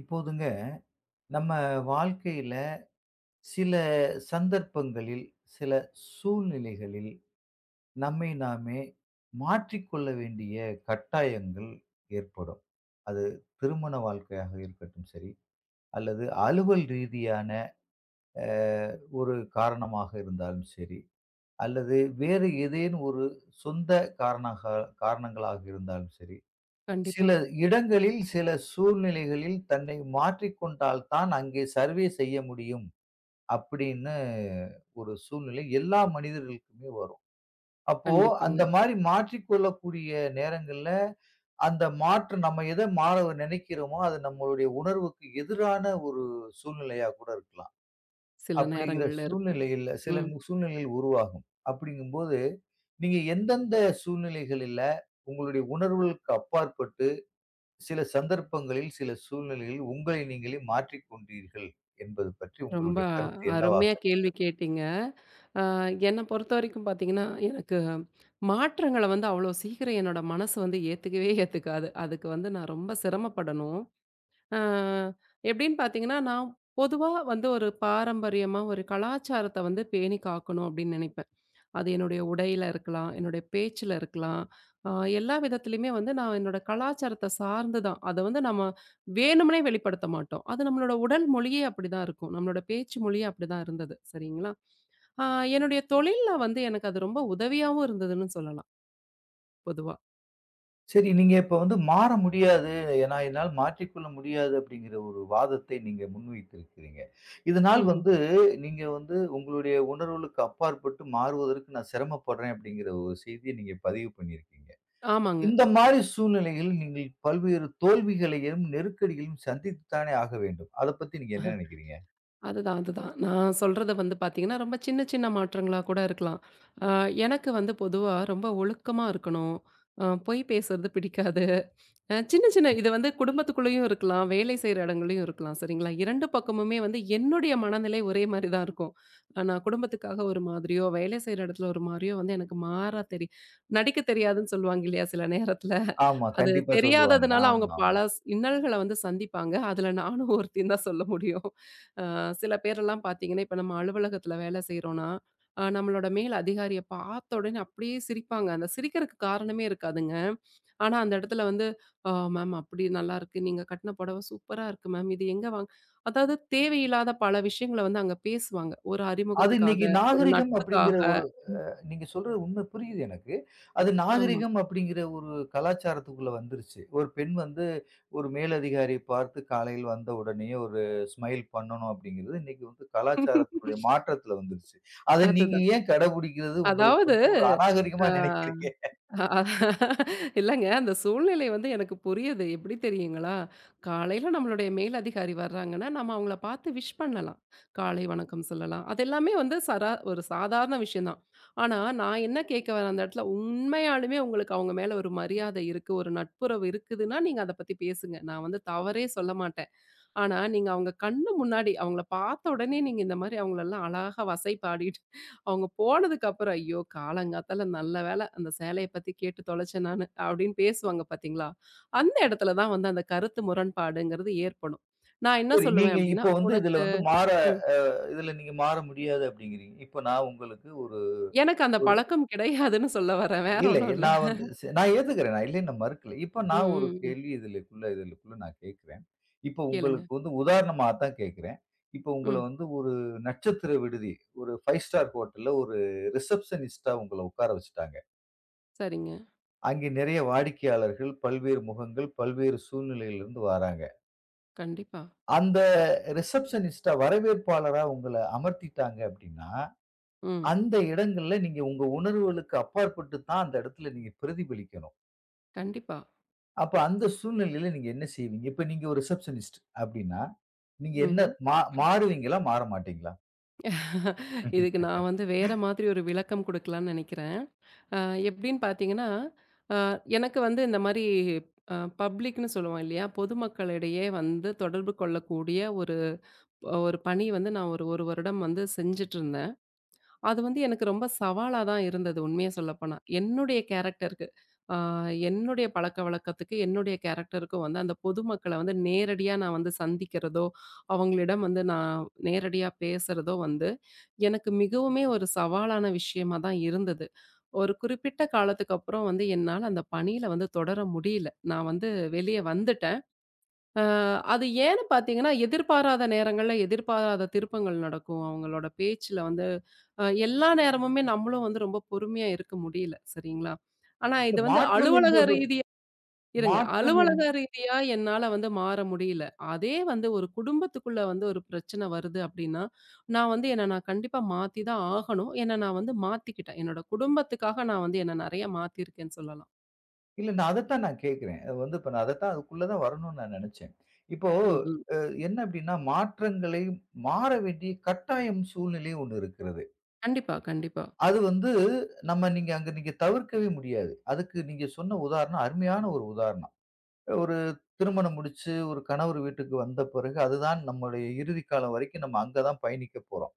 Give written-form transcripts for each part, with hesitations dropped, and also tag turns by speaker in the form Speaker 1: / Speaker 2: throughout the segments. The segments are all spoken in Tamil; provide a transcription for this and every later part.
Speaker 1: இப்போதுங்க நம்ம வாழ்க்கையில சில சந்தர்ப்பங்களில், சில சூழ்நிலைகளில் நம்மை நாமே மாற்றிக்கொள்ள வேண்டிய கட்டாயங்கள் ஏற்படும். அது திருமண வாழ்க்கையாக இருக்கட்டும் சரி, அல்லது அலுவல் ரீதியான அ ஒரு காரணமாக இருந்தாலும் சரி, அல்லது வேறு ஏதேனும் ஒரு சொந்த காரணக காரணங்களாக இருந்தாலும் சரி, சில
Speaker 2: கண்டிப்பா,
Speaker 1: இடங்களில், சில சூழ்நிலைகளில் தன்னை மாற்றிக்கொண்டால் தான் அங்கே சர்வே செய்ய முடியும். அப்படின்னு ஒரு சூழ்நிலை எல்லா மனிதர்களுக்குமே வரும். அப்போ
Speaker 2: கண்டிப்பாங்க.
Speaker 1: அந்த மாரி மாற்றிக்கொள்ளக்கூடிய நேரங்கள்ல, அந்த மாற்றம் நம்ம எத மாற நினைக்கிறோமோ, அது நம்மளுடைய உணர்வுக்கு எதிரான ஒரு சூழ்நிலையா கூட இருக்கலாம்.
Speaker 2: சில
Speaker 1: அப்படிங்கிற
Speaker 2: நேரங்கள்ல இருக்கும்.
Speaker 1: சூழ்நிலையில
Speaker 2: ம்.
Speaker 1: சூழ்நிலைகள் உருவாகும். அப்படிங்கும்போது, நீங்க எந்தெந்த சூழ்நிலைகளில உங்களுடைய உணர்வுகளுக்கு அப்பாற்பட்டு, சில சந்தர்ப்பங்களில், சில சூழ்நிலைகளில் உங்களை நீங்களே மாற்றிக் கொண்டீர்கள் என்பது பற்றி
Speaker 2: ரொம்ப
Speaker 1: உங்களுடைய கருத்து என்னவாக
Speaker 2: அருமையா கேள்வி
Speaker 1: இருக்கிறது?
Speaker 2: கேட்டீங்க. அ என்ன பொறுத்த வரைக்கும் பார்த்தீங்கன்னா, எனக்கு மாற்றங்கள வந்து அவ்வளோ சீக்கிரம் என்னோட மனசு வந்து ஏத்துக்கவே ஏத்துக்காது. அதுக்கு வந்து நான் ரொம்ப சிரமப்படணும். அ எப்படின்னு பார்த்தீங்கன்னா, நான் பொதுவா வந்து ஒரு பாரம்பரியமா ஒரு கலாச்சாரத்த வந்து பேணி காக்கணும் அப்படின்னு நினைப்பேன். அது என்னுடைய உடையில இருக்கலாம், என்னுடைய பேச்சுல இருக்கலாம். அ எல்லா விதத்திலயுமே வந்து நான் என்னோட கலாச்சாரத்த சார்ந்து தான். அத வந்து நம்ம வேணும்னே வெளிப்படுத்த மாட்டோம். அது நம்மளோட உடல் மொழியே அப்படிதான் இருக்கும். நம்மளோட பேச்சு மொழியே அப்படிதான் இருந்தது. சரிங்களா? அ என்னுடைய தொழில்ல வந்து எனக்கு அது ரொம்ப உதவியாவும் இருந்ததுன்னு சொல்லலாம் பொதுவா.
Speaker 1: சரி, நீங்க இப்ப வந்து மாற முடியாது. ஏன்னா, என்னால் மாற்றிக்கொள்ள முடியாது அப்படிங்கிற ஒரு வாதத்தை நீங்க முன்வைத்திருக்கிறீங்க. இதனால்
Speaker 2: ம்ஹ்ம்.
Speaker 1: வந்து நீங்க வந்து உங்களுடைய உணர்வுகளுக்கு அப்பாற்பட்டு மாறுவதற்கு நான் சிரமப்படுறேன் அப்படிங்கிற ஒரு செய்திய நீங்க பதிவு பண்ணியிருக்கீங்க.
Speaker 2: ஆமாங்க.
Speaker 1: இந்த மாரி சூழ்நிலையில் நீங்கள் பல்வேறு தோல்விகளையும், நெருக்கடிகளையும் சந்தித்து தானே ஆக வேண்டும். அத பத்தி நீங்க என்ன நினைக்கிறீங்க?
Speaker 2: அதுதான், அதுதான். நான் சொல்றது வந்து பார்த்தீங்கன்னா, ரொம்ப சின்ன சின்ன மாற்றங்களா கூட இருக்கலாம். அ எனக்கு வந்து பொதுவா ரொம்ப ஒழுக்கமா இருக்கணும். பொய் பேசுறது பிடிக்காது. சின்ன, சின்ன இது வந்து குடும்பத்துக்குள்ளேயும் இருக்கலாம். வேலை செய்ற இடங்கள்லயும் இருக்கலாம். சரிங்களா? 2 பக்கமுமே வந்து என்னுடைய மனநிலை ஒரே மாரி தான் இருக்கும். நான் குடும்பத்துக்காக ஒரு மாதிரியோ, வேலை செய்ற இடத்துல ஒரு மாரியோ வந்து எனக்கு மாறா தெரி நடிக்க தெரியாதுன்னு சொல்லுவாங்க இல்லையா? சில நேரத்துல.
Speaker 1: ஆமா,
Speaker 2: அது
Speaker 1: கண்டிப்பா சொல்லுவாங்க.
Speaker 2: தெரியாததுனால அவங்க
Speaker 1: ஆமாமா.
Speaker 2: பல இன்னல்கள வந்து சந்திப்பாங்க. அதுல நானும் ஒருத்தின்னு தான் சொல்ல முடியும். அ சில பேரெல்லாம் பார்த்தீங்கன்னா, இப்ப நம்ம அலுவலகத்துல வேலை செய்றோம்னா, நம்மளோட மேல் அதிகாரிய பார்த்த உடனே அப்படியே சிரிப்பாங்க. அந்த சிரிக்கிறதுக்கு காரணமே இருக்காதுங்க. ஆனா அந்த இடத்துல வந்து ஆ மேம் அப்படி நல்லாருக்கு. நீங்க கட்டின புடவை சூப்பரா இருக்கு மேம். இது எங்க வாங் அதாவது தேவையில்லாத பல விஷயங்கள வந்து அங்க பேசுவாங்க. ஒரு
Speaker 1: அது
Speaker 2: அறிமுகத்துக்காக,
Speaker 1: இன்னைக்கு
Speaker 2: ஒரு
Speaker 1: நாகரிகம்
Speaker 2: நட்புக்காக.
Speaker 1: அப்படிங்கிற ஒரு
Speaker 2: ம்.
Speaker 1: நீங்க சொல்றது உண்மை புரியுது எனக்கு. அது
Speaker 2: ஆமா.
Speaker 1: நாகரிகம் அப்படிங்கிற ஒரு கலாச்சாரத்துக்குள்ள வந்துருச்சு. ஒரு பெண் வந்து ஒரு மேலதிகாரியை பார்த்து காலையில் வந்த உடனேயே ஒரு ஸ்மைல் பண்ணணும் அப்படிங்கிறது இன்னைக்கு வந்து கலாச்சாரத்தினுடைய மாற்றத்துல வந்துருச்சு. அத நீங்க
Speaker 2: அதுதான்.
Speaker 1: ஏன் கடைபிடிக்கிறது உங்களுக்கு
Speaker 2: அதாவது,
Speaker 1: வந்து ஒரு
Speaker 2: ஆ.
Speaker 1: அநாகரிகமா நினைக்கிறீங்க?
Speaker 2: அ அ இல்லங்க. அந்த சூழ்நிலை வந்து எனக்கு புரியுது. எப்படி தெரியுங்களா? காலையில நம்மளுடைய மேல் அதிகாரி வர்றாங்கன்னா, நம்ம அவங்கள பார்த்து விஷ் பண்ணலாம். காலை வணக்கம் சொல்லலாம். அது எல்லாமே வந்து சரா ஒரு சாதாரண விஷயம் தான். ஆனா, நான் என்ன கேட்க வரேன் அந்த இடத்துல, உண்மையாலுமே உங்களுக்கு அவங்க மேல ஒரு மரியாதை இருக்கு, ஒரு நட்புறவு இருக்குதுன்னா, நீங்க அத பத்தி பேசுங்க. நான் வந்து தவறே சொல்ல மாட்டேன். ஆனா, நீங்க அவங்க கண்ணு முன்னாடி அவங்கள பார்த்த உடனே நீங்க இந்த மாரி அவங்களெல்லாம் அழகா வசை பாடிட்டு, அவங்க போனதுக்கப்புறம், "ஐயோ! காலங்காத்தால நல்ல வேளை அந்த சேலைய பத்தி கேட்டு தொலைச்சேன் நானு" அப்படின்னு பேசுவாங்க பார்த்தீங்களா? அந்த இடத்துல தான் வந்து அந்த கருத்து முரண்பாடுங்கிறது ஏற்படும். நான் என்ன
Speaker 1: சரி
Speaker 2: சொல்லுவேன்
Speaker 1: நீங்க இப்ப
Speaker 2: அப்படின்னா,
Speaker 1: வந்து இதுல
Speaker 2: "உனக்கு"
Speaker 1: வந்து மாற
Speaker 2: ம்.
Speaker 1: அ இதுல நீங்க மாற முடியாது அப்படிங்கிறீங்க. இப்ப நான் உங்களுக்கு ஒரு
Speaker 2: எனக்கு அந்த பழக்கம் கிடையாதுன்னு சொல்ல வரேன். வேற
Speaker 1: இல்ல
Speaker 2: ஒண்ணும் இல்ல.
Speaker 1: நான் வந்து நான் ஏத்துக்கிறேன். நான் இல்லைன்னு நான் மறுக்கல. இப்ப நான் ஒரு
Speaker 2: ம்.
Speaker 1: கேள்வி இதுலக்குள்ள இதுலக்குள்ள நான் கேட்கிறேன். இப்ப
Speaker 2: கேளுங்க.
Speaker 1: உங்களுக்கு வந்து உதாரணமா தான் கேட்கிறேன். இப்ப உங்கள
Speaker 2: ம்.
Speaker 1: வந்து ஒரு நட்சத்திர விடுதி, ஒரு 5 ஸ்டார் ஹோட்டல்ல ஒரு ரிசப்ஷனிஸ்ட்டா உங்கள உட்கார வச்சுட்டாங்க.
Speaker 2: சரிங்க.
Speaker 1: அங்கே நிறைய வாடிக்கையாளர்கள், பல்வேறு முகங்கள், பல்வேறு சூழ்நிலையிலிருந்து வராங்க.
Speaker 2: கண்டிப்பா.
Speaker 1: அந்த ரிசப்ஷனிஸ்ட்டா வரவேற்பாளரா உங்கள அமர்த்திட்டாங்க அப்படின்னா,
Speaker 2: ம்.
Speaker 1: அந்த இடங்கள்ல நீங்க உங்க உணர்வுகளுக்கு அப்பாற்பட்டு தான் அந்த இடத்துல நீங்க பிரதிபலிக்கணும்.
Speaker 2: கண்டிப்பா.
Speaker 1: அப்ப அந்த சூழ்நிலையில நீங்க என்ன செய்வீங்க? இப்ப நீங்க ஒரு ரிசப்ஷனிஸ்ட் அப்டின்னா, நீங்க என்ன
Speaker 2: ம்ஹ்ம்.
Speaker 1: மாறுவீங்களா? மாற மாட்டீங்களா?
Speaker 2: இதுக்கு நான் வந்து வேற மாதிரி ஒரு விளக்கம் குடுக்கலான்னு நெனைக்கிறேன். அ எப்படின்னு பார்த்தீங்கன்னா, அ எனக்கு வந்து இந்த மாரி அ பப்ளிக்ன்னு சொல்லுவோம் இல்லையா? பொதுமக்களிடையே வந்து தொடர்பு கொள்ளக்கூடிய ஒரு ஒரு பணி வந்து நான் ஒரு 1 வருடம் வந்து செஞ்சுட்டுருந்தேன். அது வந்து எனக்கு ரொம்ப சவாலா தான் இருந்தது உண்மைய சொல்லப்போனா. என்னுடைய கேரக்டருக்கு அ என்னுடைய பழக்கவழக்கத்துக்கு, என்னுடைய கேரக்டருக்கும் வந்து அந்த பொதுமக்கள வந்து நேரடியா நான் வந்து சந்திக்கிறதோ, அவங்களிடம் வந்து நான் நேரடியா பேசுறதோ வந்து, எனக்கு மிகவுமே ஒரு சவாலான விஷயமா தான் இருந்தது. ஒரு குறிப்பிட்ட காலத்துக்கு அப்புறம் வந்து என்னால அந்த பணியில வந்து தொடர முடியல. நான் வந்து வெளிய வந்துட்டேன். அ அது ஏன்னு பார்த்தீங்கன்னா, எதிர்பாராத நேரங்கள்ல எதிர்பாராத திருப்பங்கள் நடக்கும். அவங்களோட பேச்சுல வந்து எல்லா நேரமுமே நம்மளும் வந்து ரொம்ப பொறுமையா இருக்க முடியல. சரிங்களா? ஆனா
Speaker 1: இல்ல
Speaker 2: இது வந்து
Speaker 1: மாற்றம்
Speaker 2: அலுவலக
Speaker 1: என்பது
Speaker 2: ரீதியா இருங்க.
Speaker 1: மாற்றம் என்
Speaker 2: அலுவலக ரீதியா என்னால வந்து மாற முடியல. அதே வந்து ஒரு குடும்பத்துக்குள்ள வந்து ஒரு பிரச்சனை வருது அப்டின்னா, நான் வந்து என்ன நான் கண்டிப்பா மாத்தி தான் ஆகணும். என்ன நான் வந்து மாத்திக்கிட்டேன். என்னோட குடும்பத்துக்காக நான் வந்து என்ன நெறைய மாத்திருக்கேன்னு சொல்லலாம்.
Speaker 1: இல்ல நான் அதத்தான் நான் கேட்கிறேன். அது வந்து இப்ப நான் அதத்தான் அதுக்குள்ள தான் வரணும்னு நான் நெனச்சேன். இப்போ
Speaker 2: ம்.
Speaker 1: அ என்ன அப்டின்னா, மாற்றங்களை மாற வேண்டிய கட்டாயம் சூழ்நிலை ஒண்ணு இருக்கிறது.
Speaker 2: கண்டிப்பா, கண்டிப்பா.
Speaker 1: அது வந்து நம்ம நீங்க அங்க நீங்க தவிர்க்கவே முடியாது. அதுக்கு நீங்க சொன்ன உதாரணம் அருமையான ஒரு உதாரணம். ஒரு திருமணம் முடிச்சு, ஒரு கணவர் வீட்டுக்கு வந்த பிறகு, அதுதான் நம்முடைய இறுதி காலம் வரைக்கும் நம்ம அங்க தான் பயணிக்க போறோம்.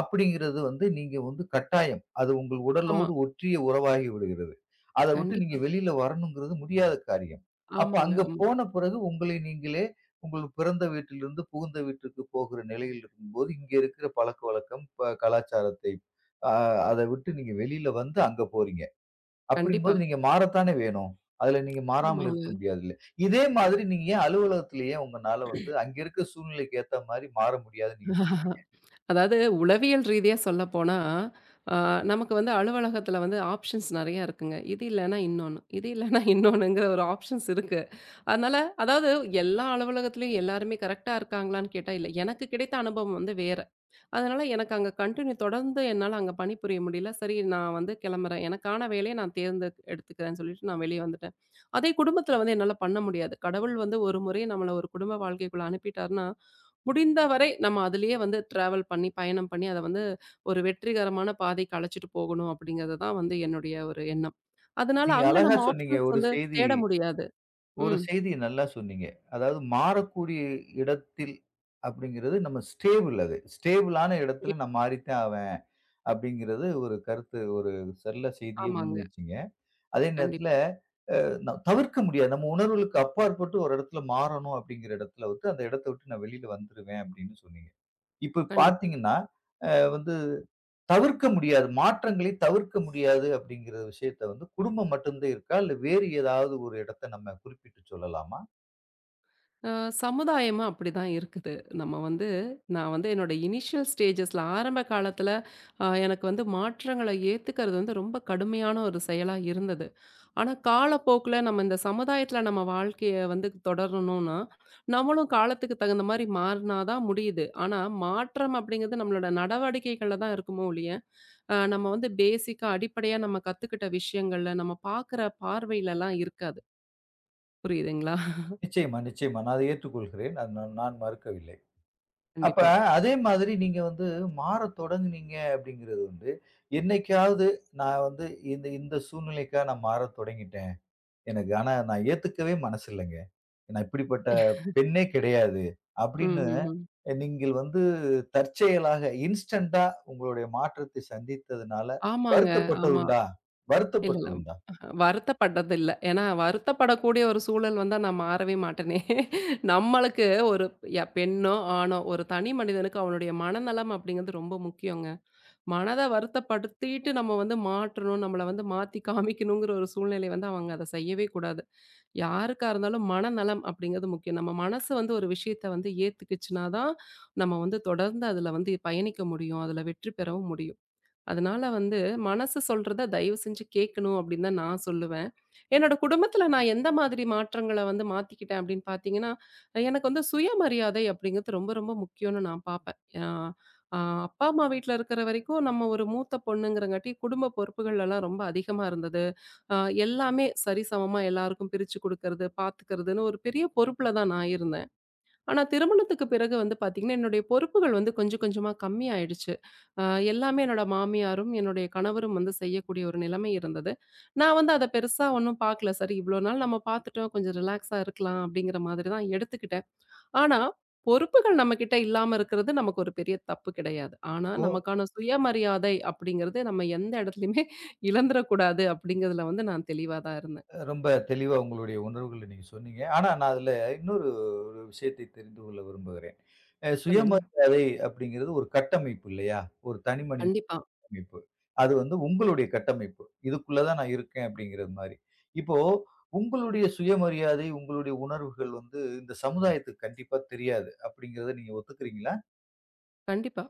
Speaker 1: அப்படிங்கிறது வந்து நீங்க வந்து கட்டாயம். அது உங்கள்
Speaker 2: ஆமா.
Speaker 1: உடலோடு ஒற்றிய உறவாகி விடுகிறது. அத விட்டு நீங்க
Speaker 2: கண்டிப்பா.
Speaker 1: வெளியில வரணுங்கிறது முடியாத காரியம். அப்ப
Speaker 2: ஆமாங்க.
Speaker 1: அங்க
Speaker 2: ஆமா.
Speaker 1: போன பிறகு உங்களை நீங்களே, உங்கள் பிறந்த வீட்டிலிருந்து புகுந்த வீட்டிற்கு போகிற நிலையில் இருக்கும்போது, இங்க இருக்கிற பழக்கவழக்கம், கலாச்சாரத்தை அ அத விட்டு நீங்க வெளியில வந்து அங்க போறீங்க.
Speaker 2: கண்டிப்பா.
Speaker 1: அப்படிங்கும்போது நீங்க மாறத்தானே வேணும். அதுல நீங்க மாறாமல்
Speaker 2: ஆமாங்க.
Speaker 1: இருக்க முடியாதுல்ல. இதே மாதிரி நீங்க ஏன் அலுவலகத்துல ஏன் உங்கனால வந்து அங்க இருக்க சூழ்நிலைக்கு ஏத்த மாரி மாற முடியாதுன்னு நீங்க சொல்றீங்க?
Speaker 2: அதாவது உளவியல் ரீதியா சொல்லப்போனா, ஆ நமக்கு வந்து அலுவலகத்துல வந்து ஆப்ஷன்ஸ் நெறைய இருக்குங்க. இது இல்லன்னா இன்னொன்னு, இது இல்லன்னா இன்னொன்னுங்கிற ஒரு ஆப்ஷன்ஸ் இருக்கு. அதனால அதாவது எல்லா அலுவலகத்திலயும் எல்லாருமே கரெக்ட்டா இருக்காங்களான்னு கேட்டா இல்ல. எனக்கு கிடைத்த அனுபவம் வந்து வேற. அதனால எனக்கு அங்க கன்டின்யூ தொடர்ந்து என்னால அங்க பணிபுரிய முடியல. சரி நான் வந்து கிளம்புறேன். எனக்கான வேலைய நான் தேர்ந்து எடுத்துக்கிறேன்னு சொல்லிட்டு நான் வெளிய வந்துட்டேன். அதே குடும்பத்தில வந்து என்னால பண்ண முடியாது. கடவுள் வந்து ஒரு முறை நம்மள ஒரு குடும்ப வாழ்க்கைக்குள்ள அனுப்பிட்டார்ன்னா, முடிந்த வரை நம்ம அதிலேயே வந்து டிராவல் பண்ணி, பயணம் பண்ணி அத வந்து ஒரு வெற்றிகரமான பாதைக்கு அழைச்சுட்டு போகணும் அப்படிங்கிறது தான் வந்து என்னுடைய ஒரு எண்ணம். அதனால
Speaker 1: நீங்க
Speaker 2: அங்க
Speaker 1: அழகா
Speaker 2: நம்ம
Speaker 1: சொன்னீங்க.
Speaker 2: ஆப்ஷன்ஸ் வந்து தேட முடியாது.
Speaker 1: ஒரு
Speaker 2: ம்.
Speaker 1: செய்திய நல்லா சொன்னீங்க. அதாவது மாறக்கூடிய இடத்தில் அப்படிங்கிறது நம்ம ஸ்டேபிள் அது. ஸ்டேபிளான இடத்துல நான் மாறித்தான் ஆவேன். அப்படிங்கிறது ஒரு கருத்து ஒரு செல்ல செய்திய
Speaker 2: ஆமாங்க.
Speaker 1: முன்வைச்சீங்க. அதே நேரத்துல
Speaker 2: கண்டிப்பா,
Speaker 1: நான் தவிர்க்க முடியாது. நம்ம உணர்வுகளுக்கு அப்பாற்பட்டு ஒரு இடத்துல மாறணும் அப்படிங்கிற இடத்துல வந்து, அந்த இடத்த விட்டு நான் வெளியில வந்துருவேன் அப்படின்னு சொன்னீங்க. இப்ப
Speaker 2: கண்டிப்பா.
Speaker 1: பார்த்தீங்கன்னா, அ வந்து தவிர்க்க முடியாது. மாற்றங்களை தவிர்க்க முடியாது அப்படிங்கிற விஷயத்த வந்து குடும்பம் மட்டும்தான் இருக்கா? இல்ல வேறு ஏதாவது ஒரு இடத்த நம்ம குறிப்பிட்டு சொல்லலாமா?
Speaker 2: அ சமுதாயமும் அப்படிதான் இருக்குது. நம்ம வந்து நான் வந்து என்னோட இனிஷியல் ஸ்டேஜஸ்ல ஆரம்ப காலத்துல எனக்கு வந்து மாற்றங்கள ஏத்துக்கிறது வந்து ரொம்ப கடுமையான ஒரு செயலா இருந்தது. ஆனா காலப்போக்குல நம்ம இந்த சமுதாயத்துல நம்ம வாழ்க்கைய வந்து தொடரணும்னா, நம்மளும் காலத்துக்கு தகுந்த மாரி மாறினா தான் முடியுது. ஆனா மாற்றம் அப்படிங்கிறது நம்மளோட நடவடிக்கைகள்ல தான் இருக்குமோ ஒழிய, நம்ம வந்து பேசிக்கா அடிப்படையா நம்ம கத்துக்கிட்ட விஷயங்கள்ல, நம்ம பார்க்குற பார்வையிலலாம் இருக்காது. புரியுதுங்களா?
Speaker 1: நிச்சயமா, நிச்சயமா. நான் அதை ஏற்றுக்கொள்கிறேன். நான் நான் நான் மறுக்கவில்லை. அப்ப
Speaker 2: கண்டிப்பா.
Speaker 1: அதே மாதிரி நீங்க வந்து மாறத் தொடங்குனீங்க அப்படிங்கிறது வந்து, என்னைக்காவது நான் வந்து இந்த இந்த சூழ்நிலைக்காக நான் மாறத் தொடங்கிட்டேன். எனக்கு ஆனா நான் ஏத்துக்கவே மனசு இல்லங்க. நான் இப்படிப்பட்ட பெண்ணே கிடையாது. அப்படின்னு
Speaker 2: ம்ஹ்ஹ்ம்.
Speaker 1: நீங்கள் வந்து தற்செயலாக இன்ஸ்டன்ட்டா உங்களுடைய மாற்றத்தை சந்தித்ததுனால
Speaker 2: ஆமாங்க. ஆமா.
Speaker 1: வருத்தப்பட்டதுண்டா?
Speaker 2: இல்ல, இல்ல.
Speaker 1: வருத்தப்பட்டதுண்டா?
Speaker 2: வருத்தப்பட்டதில்ல. ஏன்னா வருத்தப்படக்கூடிய ஒரு சூழல் வந்தா நான் மாறவே மாட்டேனே! நம்மளுக்கு ஒரு பெண்ணோ, ஆணோ ஒரு தனி மனிதனுக்கு அவனுடைய மனநலம் அப்படிங்கிறது ரொம்ப முக்கியங்க. மனத வருத்தப்படுத்திட்டு நம்ம வந்து மாற்றணும், நம்மள வந்து மாத்தி காமிக்கணுங்கிற ஒரு சூழ்நிலை வந்து அவங்க அத செய்யவே கூடாது. யாருக்கா இருந்தாலும் மனநலம் அப்படிங்கிறது முக்கியம். நம்ம மனசு வந்து ஒரு விஷயத்த வந்து ஏத்துக்குச்சுனா தான், நம்ம வந்து தொடர்ந்து அதுல வந்து பயணிக்க முடியும். அதுல வெற்றி பெறவும் முடியும். அதனால வந்து மனசு சொல்றத தயவு செஞ்சு கேட்கணும் அப்படின்னு தான் நான் சொல்லுவேன். என்னோட குடும்பத்துல நான் எந்த மாதிரி மாற்றங்கள வந்து மாத்திக்கிட்டேன் அப்படின்னு பார்த்தீங்கன்னா, எனக்கு வந்து சுயமரியாதை அப்படிங்கிறது ரொம்ப ரொம்ப முக்கியம்னு நான் பார்ப்பேன். அ அ அப்பா, அம்மா வீட்ல இருக்கிற வரைக்கும் நம்ம ஒரு மூத்த பொண்ணுங்கிறங்காட்டி குடும்ப பொறுப்புகள் எல்லாம் ரொம்ப அதிகமா இருந்தது. அ எல்லாமே சரிசமமா எல்லாருக்கும் பிரிச்சு குடுக்கறது, பார்த்துக்கிறதுன்னு ஒரு பெரிய பொறுப்புல தான் நான் இருந்தேன். ஆனா, திருமணத்துக்கு பிறகு வந்து பார்த்தீங்கன்னா, என்னுடைய பொறுப்புகள் வந்து கொஞ்சம் கொஞ்சமா கம்மியாயிடுச்சு. அ எல்லாமே என்னோட மாமியாரும், என்னுடைய கணவரும் வந்து செய்யக்கூடிய ஒரு நிலைமை இருந்தது. நான் வந்து அத பெருசா ஒண்ணும் பார்க்கல. சரி இவ்வளோ நாள் நம்ம பார்த்துட்டோம், கொஞ்சம் ரிலாக்ஸா இருக்கலாம் அப்படிங்கிற மாதிரி தான் எடுத்துக்கிட்டேன். ஆனா, பொறுப்புகள் நம்மகிட்ட இல்லாம இருக்கிறது நமக்கு ஒரு பெரிய தப்பு கிடையாது. ஆனா,
Speaker 1: ஓ!
Speaker 2: நமக்கான சுயமரியாதை அப்படிங்கிறது நம்ம எந்த இடத்துலயுமே இழந்துறக்கூடாது அப்படிங்கிறதுல வந்து நான் தெளிவா தான் இருந்தேன்.
Speaker 1: ரொம்ப தெளிவா உங்களுடைய உணர்வுகள நீங்க சொன்னீங்க. ஆனா நான் அதுல இன்னொரு ஒரு விஷயத்தை தெரிந்து கொள்ள விரும்புகிறேன்.
Speaker 2: சொல்லுங்க.
Speaker 1: சுயமரியாதை அப்படிங்கிறது ஒரு கட்டமைப்பு இல்லையா? ஒரு தனி மனித
Speaker 2: கண்டிப்பா,
Speaker 1: கட்டமைப்பு. அது வந்து உங்களுடைய கட்டமைப்பு. இதுக்குள்ள தான் நான் இருக்கேன் அப்படிங்கிறது மாரி. இப்போ உங்களுடைய சுயமரியாதை, உங்களுடைய உணர்வுகள் வந்து இந்த சமுதாயத்துக்கு கண்டிப்பா தெரியாது. அப்படிங்கிறத நீங்க ஒத்துக்கிறீங்களா?
Speaker 2: கண்டிப்பா.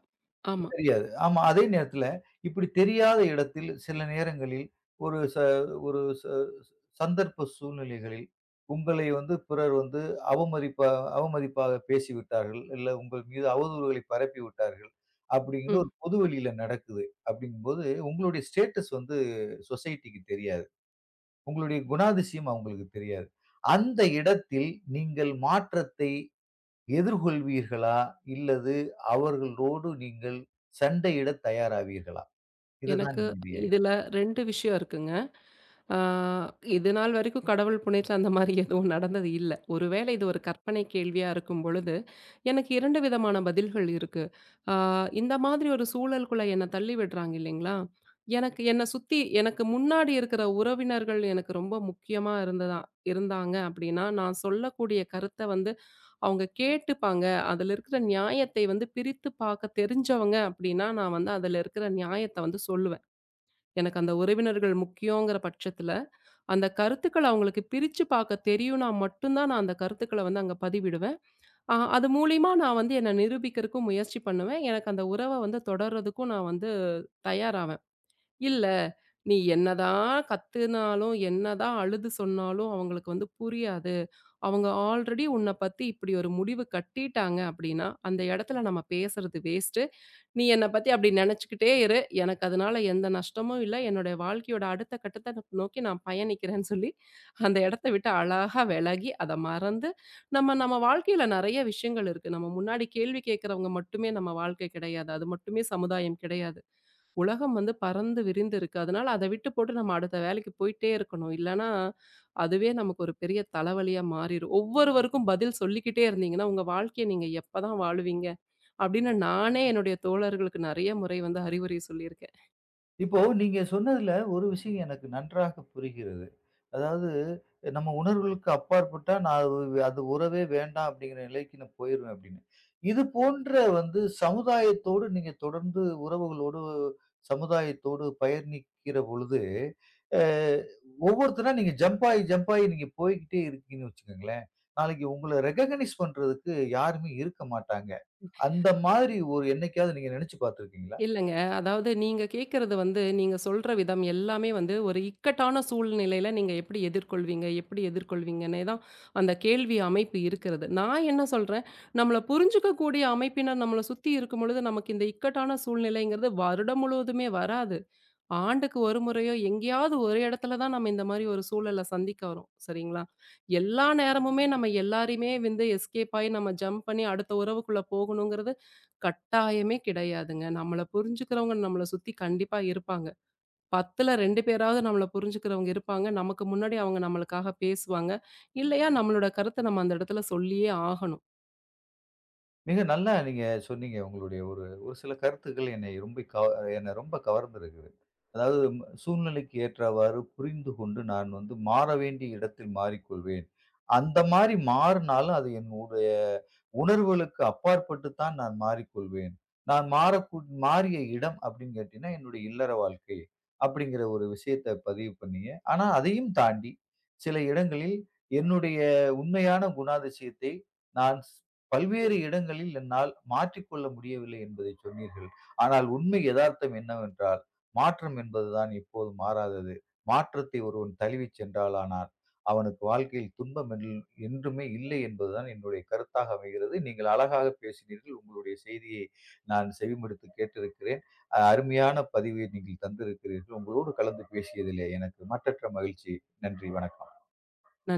Speaker 2: ஆமா.
Speaker 1: தெரியாது. ஆமா. அதே நேரத்தில இப்படி தெரியாத இடத்தில் சில நேரங்களில் ஒரு ச ஒரு ச சந்தர்ப்ப சூழ்நிலைகளில் உங்களை வந்து பிறர் வந்து அவமதிப்பா அவமதிப்பாக பேசிவிட்டார்கள், இல்ல உங்கள் மீது அவதூறுகளை பரப்பி விட்டார்கள். அப்படிங்கன்னு
Speaker 2: ம்.
Speaker 1: ஒரு பொது வெளியில நடக்குது. அப்படிங்கும்போது உங்களுடைய ஸ்டேட்டஸ் வந்து சொசைட்டிக்கு தெரியாது. உங்களுடைய குணாதிசயம் அவங்களுக்கு தெரியாது. அந்த இடத்தில் நீங்கள் மாற்றத்தை எதிர்கொள்வீர்களா? இல்லது அவர்களோடு நீங்கள் சண்டையிட தயாராவீர்களா? இதுதான்
Speaker 2: எனக்கு
Speaker 1: என்னுடைய
Speaker 2: இதுல 2 விஷயம் இருக்குங்க. ஆ இது நாள் வரைக்கும் கடவுள் புண்ணியத்துல அந்த மாரி எதுவும் நடந்தது இல்ல. ஒருவேளை இது ஒரு கற்பனை கேள்வியா இருக்கும் பொழுது, எனக்கு 2 விதமான பதில்கள் இருக்கு. ஆ இந்த மாதிரி ஒரு சூழலுக்குள்ள என்ன தள்ளி விடுறாங்க இல்லைங்களா? எனக்கு என்ன சுத்தி எனக்கு முன்னாடி இருக்கிற உறவினர்கள் எனக்கு ரொம்ப முக்கியமா இருந்தாங்க அப்படின்னா, நான் சொல்லக்கூடிய கருத்த வந்து அவங்க கேட்டுப்பாங்க. அதுல இருக்கிற நியாயத்தை வந்து பிரித்து பார்க்க தெரிஞ்சவங்க அப்படின்னா, நான் வந்து அதுல இருக்கிற நியாயத்த வந்து சொல்லுவேன். எனக்கு அந்த உறவினர்கள் முக்கியங்கிற பட்சத்துல, அந்த கருத்துக்கள அவங்களுக்கு பிரிச்சு பார்க்க தெரியும்னா மட்டும் தான் நான் அந்த கருத்துக்கள வந்து அங்க பதிவிடுவேன். அது மூலியமா நான் வந்து என்ன நிரூபிக்கிறதுக்கும் முயற்சி பண்ணுவேன். எனக்கு அந்த உறவ வந்து தொடர்றதுக்கும் நான் வந்து தயாராவேன். இல்ல, நீ என்னதான் கத்துனாலும், என்னதான் அழுது சொன்னாலும் அவங்களுக்கு வந்து புரியாது. அவங்க ஆல்ரெடி உன்னை பத்தி இப்படி ஒரு முடிவு கட்டிட்டாங்க அப்படின்னா, அந்த இடத்துல நம்ம பேசுறது வேஸ்ட்டு. நீ என்னை பத்தி அப்படி நினைச்சுக்கிட்டே இரு. எனக்கு அதனால எந்த நஷ்டமும் இல்ல. என்னுடைய வாழ்க்கையோட அடுத்த கட்டத்த நோக்கி நான் பயணிக்கிறேன்னு சொல்லி, அந்த இடத்த விட்டு அழகா விலகி, அத மறந்து, நம்ம நம்ம வாழ்க்கையில நெறைய விஷயங்கள் இருக்கு. நம்ம முன்னாடி கேள்வி கேட்கிறவங்க மட்டுமே நம்ம வாழ்க்கை கிடையாது. அது மட்டுமே சமுதாயம் கிடையாது. உலகம் வந்து பறந்து விரிந்து இருக்கு. அதனால அத விட்டு போட்டு நம்ம அடுத்த வேலைக்கு போயிட்டே இருக்கணும். இல்லன்னா, அதுவே நமக்கு ஒரு பெரிய தலைவலியா மாறிரும். ஒவ்வொருவருக்கும் பதில் சொல்லிக்கிட்டே இருந்தீங்கன்னா, உங்க வாழ்க்கைய நீங்க எப்பதான் வாழுவீங்க? அப்படின்னு நானே என்னுடைய தோழர்களுக்கு நெறைய முறை வந்து அறிவுரை சொல்லியிருக்கேன்.
Speaker 1: இப்போ நீங்க சொன்னதுல ஒரு விஷயம் எனக்கு நன்றாக புரிகிறது. அதாவது நம்ம உணர்வுகளுக்கு அப்பாற்பட்டா நான் அது அது உறவே வேண்டாம் அப்படிங்கிற நிலைக்கு நான் போயிருவேன் அப்படின்னு. இது போன்ற வந்து சமுதாயத்தோடு நீங்க தொடர்ந்து உறவுகளோடு சமுதாயத்தோடு பயணிக்கிற பொழுது, அ ஒவ்வொருத்தரா நீங்க ஜம்ப் ஆயி ஜம்ப் ஆயி நீங்க போய்க்கிட்டே இருக்கீங்கன்னு வச்சுக்கோங்களேன். நாளைக்கு உங்கள ரெகக்னைஸ் பண்றதுக்கு யாருமே இருக்க மாட்டாங்க. அந்த மாதிரி ஒரு என்னைக்காவது நீங்க நினைச்சு பார்த்துருக்கீங்களா?
Speaker 2: இல்லங்க. அதாவது நீங்க கேட்கறது வந்து, நீங்க சொல்ற விதம் எல்லாமே வந்து ஒரு இக்கட்டான சூழ்நிலையில நீங்க எப்படி எதிர்கொள்வீங்க? எப்படி எதிர்கொள்வீங்கன்னே தான் அந்த கேள்வி அமைப்பு இருக்கிறது. நான் என்ன சொல்றேன், நம்மள புரிஞ்சுக்கக்கூடிய அமைப்பினர் நம்மள சுத்தி இருக்கும்பொழுது, நமக்கு இந்த இக்கட்டான சூழ்நிலைங்கிறது வருடம் முழுவதுமே வராது. ஆண்டுக்கு ஒரு முறையோ, எங்கேயாவது ஒரு இடத்துல தான் நம்ம இந்த மாரி ஒரு சூழல சந்திக்க வரோம். சரிங்களா? எல்லா நேரமுமே நம்ம எல்லாரையுமே வந்து எஸ்கேப் ஆயி நம்ம ஜம்ப் பண்ணி அடுத்த உறவுக்குள்ள போகணுங்கிறது கட்டாயமே கிடையாதுங்க. நம்மள புரிஞ்சுக்கிறவங்க நம்மள சுத்தி கண்டிப்பா இருப்பாங்க. 10ல 2 பேராவது நம்மள புரிஞ்சுக்கிறவங்க இருப்பாங்க. நமக்கு முன்னாடி அவங்க நம்மளுக்காக பேசுவாங்க. இல்லையா நம்மளோட கருத்த நம்ம அந்த இடத்துல சொல்லியே ஆகணும்.
Speaker 1: மிக நல்லா நீங்க சொன்னீங்க. உங்களுடைய ஒரு ஒரு சில கருத்துக்கள் என்னை ரொம்ப கவ என்ன ரொம்ப கவர்ந்திருக்குது. அதாவது ம் சூழ்நிலைக்கு ஏற்றவாறு புரிந்து கொண்டு நான் வந்து மாற வேண்டிய இடத்தில் மாறிக்கொள்வேன். அந்த மாரி மாறுனாலும் அது என்னுடைய உணர்வுகளுக்கு அப்பாற்பட்டு தான் நான் மாறிக்கொள்வேன். நான் மாறக்கூ மாறிய இடம் அப்படின்னு கேட்டீங்கன்னா, என்னுடைய இல்லற வாழ்க்கை அப்படிங்கிற ஒரு விஷயத்த பதிவு பண்ணீங்க. ஆனா அதையும் தாண்டி சில இடங்களில் என்னுடைய உண்மையான குணாதிசயத்தை நான் ஸ் பல்வேறு இடங்களில் என்னால் மாற்றிக்கொள்ள முடியவில்லை என்பதை சொன்னீர்கள். ஆனால் உண்மை எதார்த்தம் என்னவென்றால், மாற்றம் என்பதுதான் எப்போதும் மாறாதது. மாற்றத்தை ஒருவன் தழுவிச் சென்றானானால், அவனுக்கு வாழ்க்கையில் துன்பம் என் என்றுமே இல்லை என்பதுதான் என்னுடைய கருத்தாக அமைகிறது. நீங்கள் அழகாக பேசினீர்கள். உங்களுடைய செய்தியை நான் செவிமடுத்து கேட்டிருக்கிறேன். அருமையான பதிவை நீங்கள் தந்திருக்கிறீர்கள். உங்களோடு கலந்து பேசியதிலே எனக்கு மற்றற்ற மகிழ்ச்சி. நன்றி. வணக்கம்.
Speaker 2: நன்றி.